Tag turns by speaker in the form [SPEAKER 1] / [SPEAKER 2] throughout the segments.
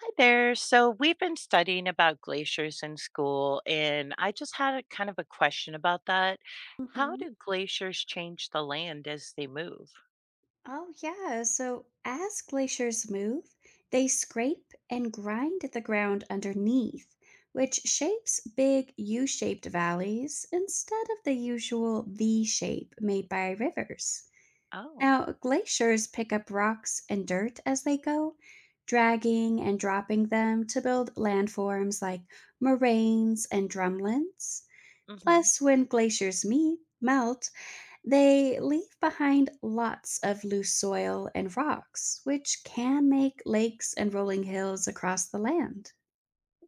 [SPEAKER 1] Hi there. So we've been studying about glaciers in school, and I just had a kind of a question about that. How
[SPEAKER 2] Hmm.
[SPEAKER 1] do glaciers change the land as they move?
[SPEAKER 2] Oh, yeah. So as glaciers move, they scrape and grind at the ground underneath, which shapes big U shaped valleys instead of the usual V shape made by rivers.
[SPEAKER 1] Oh,
[SPEAKER 2] Now, glaciers pick up rocks and dirt as they go, dragging and dropping them to build landforms like moraines and drumlins.
[SPEAKER 1] hmm.
[SPEAKER 2] Plus, when glaciers melt, they leave behind lots of loose soil and rocks, which can make lakes and rolling hills across the land.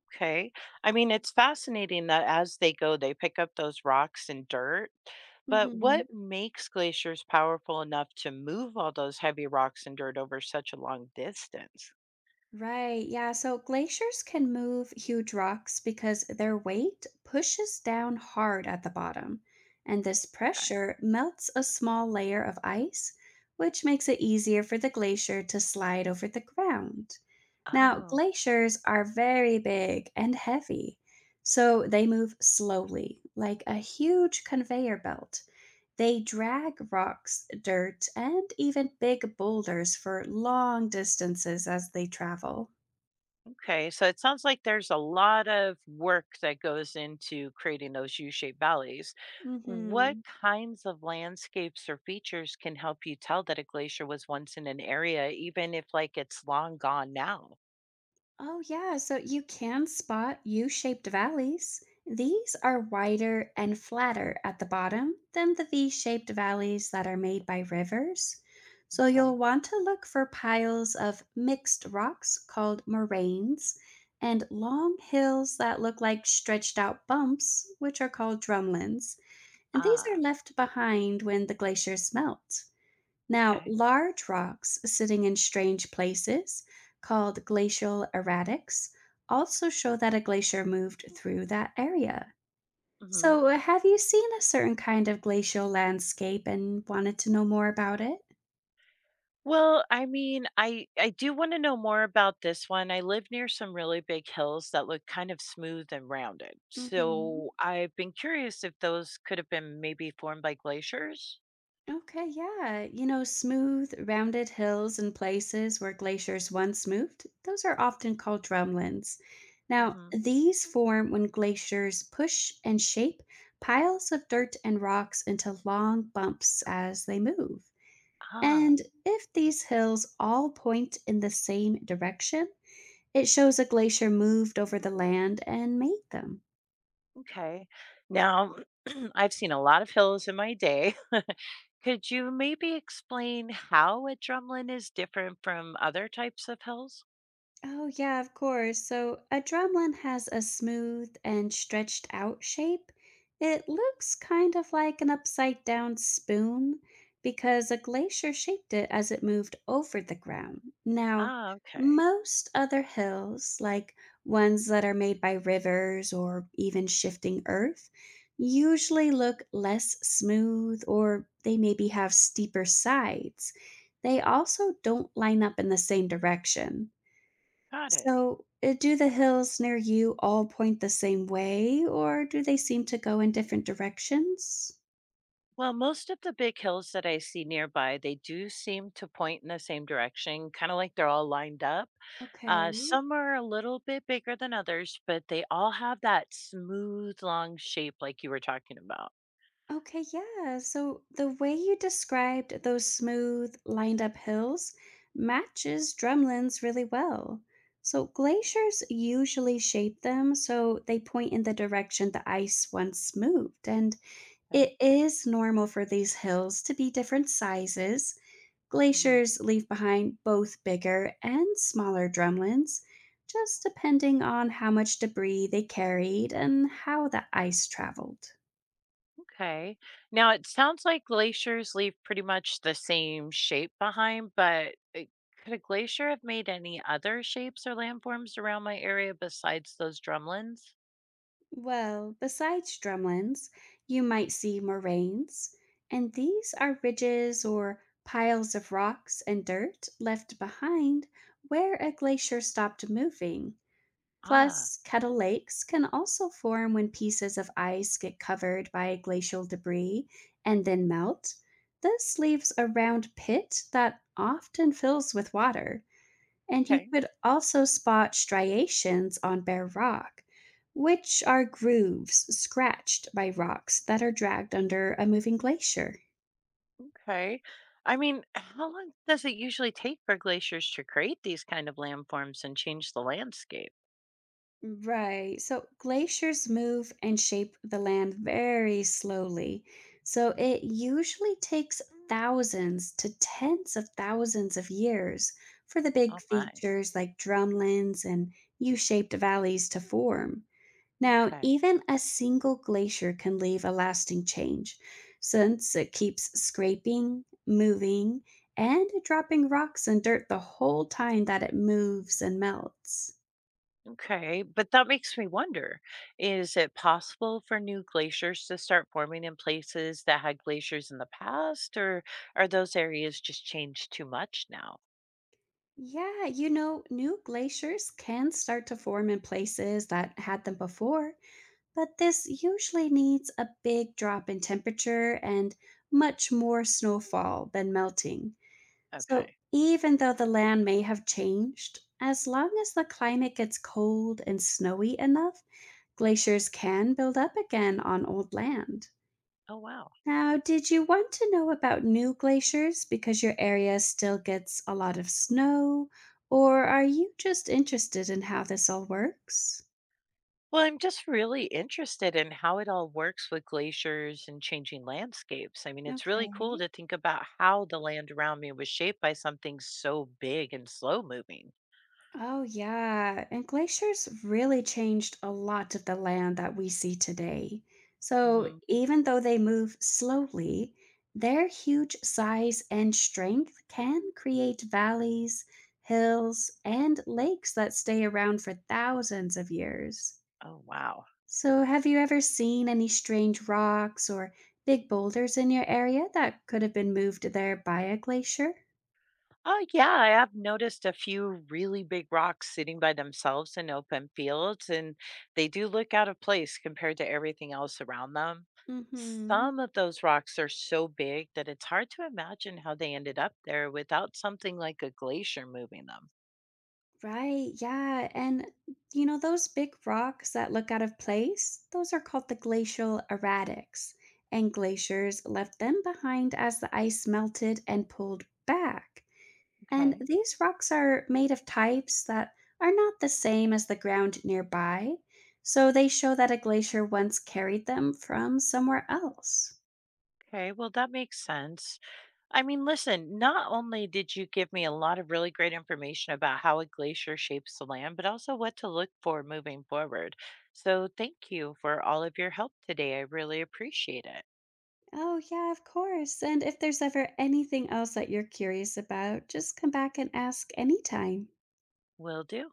[SPEAKER 1] Okay. I mean, it's fascinating that as they go, they pick up those rocks and dirt. But
[SPEAKER 2] Hmm.
[SPEAKER 1] what makes glaciers powerful enough to move all those heavy rocks and dirt over such a long distance?
[SPEAKER 2] Right, yeah. So glaciers can move huge rocks because their weight pushes down hard at the bottom, and this
[SPEAKER 1] Okay.
[SPEAKER 2] pressure melts a small layer of ice, which makes it easier for the glacier to slide over the ground. Now,
[SPEAKER 1] Oh,
[SPEAKER 2] glaciers are very big and heavy, so they move slowly, like a huge conveyor belt. They drag rocks, dirt, and even big boulders for long distances as they travel.
[SPEAKER 1] okay. So it sounds like there's a lot of work that goes into creating those U shaped valleys. What
[SPEAKER 2] Hmm.
[SPEAKER 1] kinds of landscapes or features can help you tell that a glacier was once in an area, even if it's long gone now?
[SPEAKER 2] Oh, yeah. So you can spot U shaped valleys. These are wider and flatter at the bottom than the V shaped valleys that are made by rivers. So
[SPEAKER 1] Okay.
[SPEAKER 2] you'll want to look for piles of mixed rocks called moraines and long hills that look like stretched out bumps, which are called drumlins. And these
[SPEAKER 1] Ah,
[SPEAKER 2] are left behind when the glaciers melt. Now,
[SPEAKER 1] okay.
[SPEAKER 2] large rocks sitting in strange places, called glacial erratics, also show that a glacier moved through that area.
[SPEAKER 1] Hmm.
[SPEAKER 2] So, have you seen a certain kind of glacial landscape and wanted to know more about it?
[SPEAKER 1] Well, I mean, I do wanna know more about this one. I live near some really big hills that look kind of smooth and rounded.
[SPEAKER 2] Hmm.
[SPEAKER 1] So I've been curious if those could have been maybe formed by glaciers?
[SPEAKER 2] Okay, yeah. You know, smooth, rounded hills and places where glaciers once moved, those are often called drumlins. Now,
[SPEAKER 1] Mhm.
[SPEAKER 2] these form when glaciers push and shape piles of dirt and rocks into long bumps as they move.
[SPEAKER 1] Ah,
[SPEAKER 2] And if these hills all point in the same direction, it shows a glacier moved over the land and made them.
[SPEAKER 1] okay. Now, I've seen a lot of hills in my day. Could you maybe explain how a drumlin is different from other types of hills?
[SPEAKER 2] Oh, yeah, of course. So a drumlin has a smooth and stretched out shape. It looks kind of like an upside down spoon because a glacier shaped it as it moved over the ground. Now,
[SPEAKER 1] Ah, okay.
[SPEAKER 2] most other hills, like ones that are made by rivers or even shifting earth, usually look less smooth or they maybe have steeper sides. They also don't line up in the same direction.
[SPEAKER 1] Got it.
[SPEAKER 2] So, do the hills near you all point the same way, or do they seem to go in different directions?
[SPEAKER 1] Well, most of the big hills that I see nearby, they do seem to point in the same direction, kind of like they're all lined up.
[SPEAKER 2] Okay.
[SPEAKER 1] Some are a little bit bigger than others, but they all have that smooth, long shape like you were talking about.
[SPEAKER 2] Okay, yeah. So the way you described those smooth, lined up hills matches drumlins really well. So glaciers usually shape them so they point in the direction the ice once moved. And
[SPEAKER 1] Okay.
[SPEAKER 2] it is normal for these hills to be different sizes.
[SPEAKER 1] Mhm.
[SPEAKER 2] Glaciers leave behind both bigger and smaller drumlins, just depending on how much debris they carried and how the ice traveled.
[SPEAKER 1] Okay. Now it sounds like glaciers leave pretty much the same shape behind, but could a glacier have made any other shapes or landforms around my area besides those drumlins?
[SPEAKER 2] Well, besides drumlins, you might see moraines, and these are ridges or piles of rocks and dirt left behind where a glacier stopped moving.
[SPEAKER 1] Ah,
[SPEAKER 2] Plus, kettle lakes can also form when pieces of ice get covered by glacial debris and then melt. This leaves a round pit that often fills with water. And you
[SPEAKER 1] okay.
[SPEAKER 2] could also spot striations on bare rock, which are grooves scratched by rocks that are dragged under a moving glacier.
[SPEAKER 1] Okay. I mean, how long does it usually take for glaciers to create these kind of landforms and change the landscape?
[SPEAKER 2] Right. So glaciers move and shape the land very slowly. So it usually takes thousands to tens of thousands of years for the
[SPEAKER 1] Oh
[SPEAKER 2] big
[SPEAKER 1] my.
[SPEAKER 2] features like drumlins and U shaped valleys to form. Now,
[SPEAKER 1] Okay.
[SPEAKER 2] even a single glacier can leave a lasting change, since it keeps scraping, moving, and dropping rocks and dirt the whole time that it moves and melts.
[SPEAKER 1] Okay. But that makes me wonder, is it possible for new glaciers to start forming in places that had glaciers in the past, or are those areas just changed too much now?
[SPEAKER 2] Yeah, you know, new glaciers can start to form in places that had them before, but this usually needs a big drop in temperature and much more snowfall than melting. So,
[SPEAKER 1] Okay.
[SPEAKER 2] even though the land may have changed, as long as the climate gets cold and snowy enough, glaciers can build up again on old land.
[SPEAKER 1] Oh wow.
[SPEAKER 2] Now, did you want to know about new glaciers because your area still gets a lot of snow, or are you just interested in how this all works?
[SPEAKER 1] Well, I'm just really interested in how it all works with glaciers and changing landscapes. I mean, it's really cool
[SPEAKER 2] Okay.
[SPEAKER 1] to think about how the land around me was shaped by something so big and slow moving.
[SPEAKER 2] Oh, yeah. And glaciers really changed a lot of the land that we see today. So,
[SPEAKER 1] Hmm.
[SPEAKER 2] even though they move slowly, their huge size and strength can create valleys, hills, and lakes that stay around for thousands of years.
[SPEAKER 1] Oh, wow.
[SPEAKER 2] So, have you ever seen any strange rocks or big boulders in your area that could have been moved there by a glacier?
[SPEAKER 1] Oh, yeah. I have noticed a few really big rocks sitting by themselves in open fields, and they do look out of place compared to everything else around them.
[SPEAKER 2] Mm-hmm.
[SPEAKER 1] Some of those rocks are so big that it's hard to imagine how they ended up there without something like a glacier moving them.
[SPEAKER 2] Right, yeah. And you know, those big rocks that look out of place, those are called the glacial erratics. And glaciers left them behind as the ice melted and pulled back. And
[SPEAKER 1] Okay.
[SPEAKER 2] these rocks are made of types that are not the same as the ground nearby, so they show that a glacier once carried them from somewhere else.
[SPEAKER 1] Okay. Well, that makes sense. I mean, listen, not only did you give me a lot of really great information about how a glacier shapes the land, but also what to look for moving forward. So, thank you for all of your help today. I really appreciate it.
[SPEAKER 2] Oh, yeah, of course. And if there's ever anything else that you're curious about, just come back and ask anytime.
[SPEAKER 1] Will do.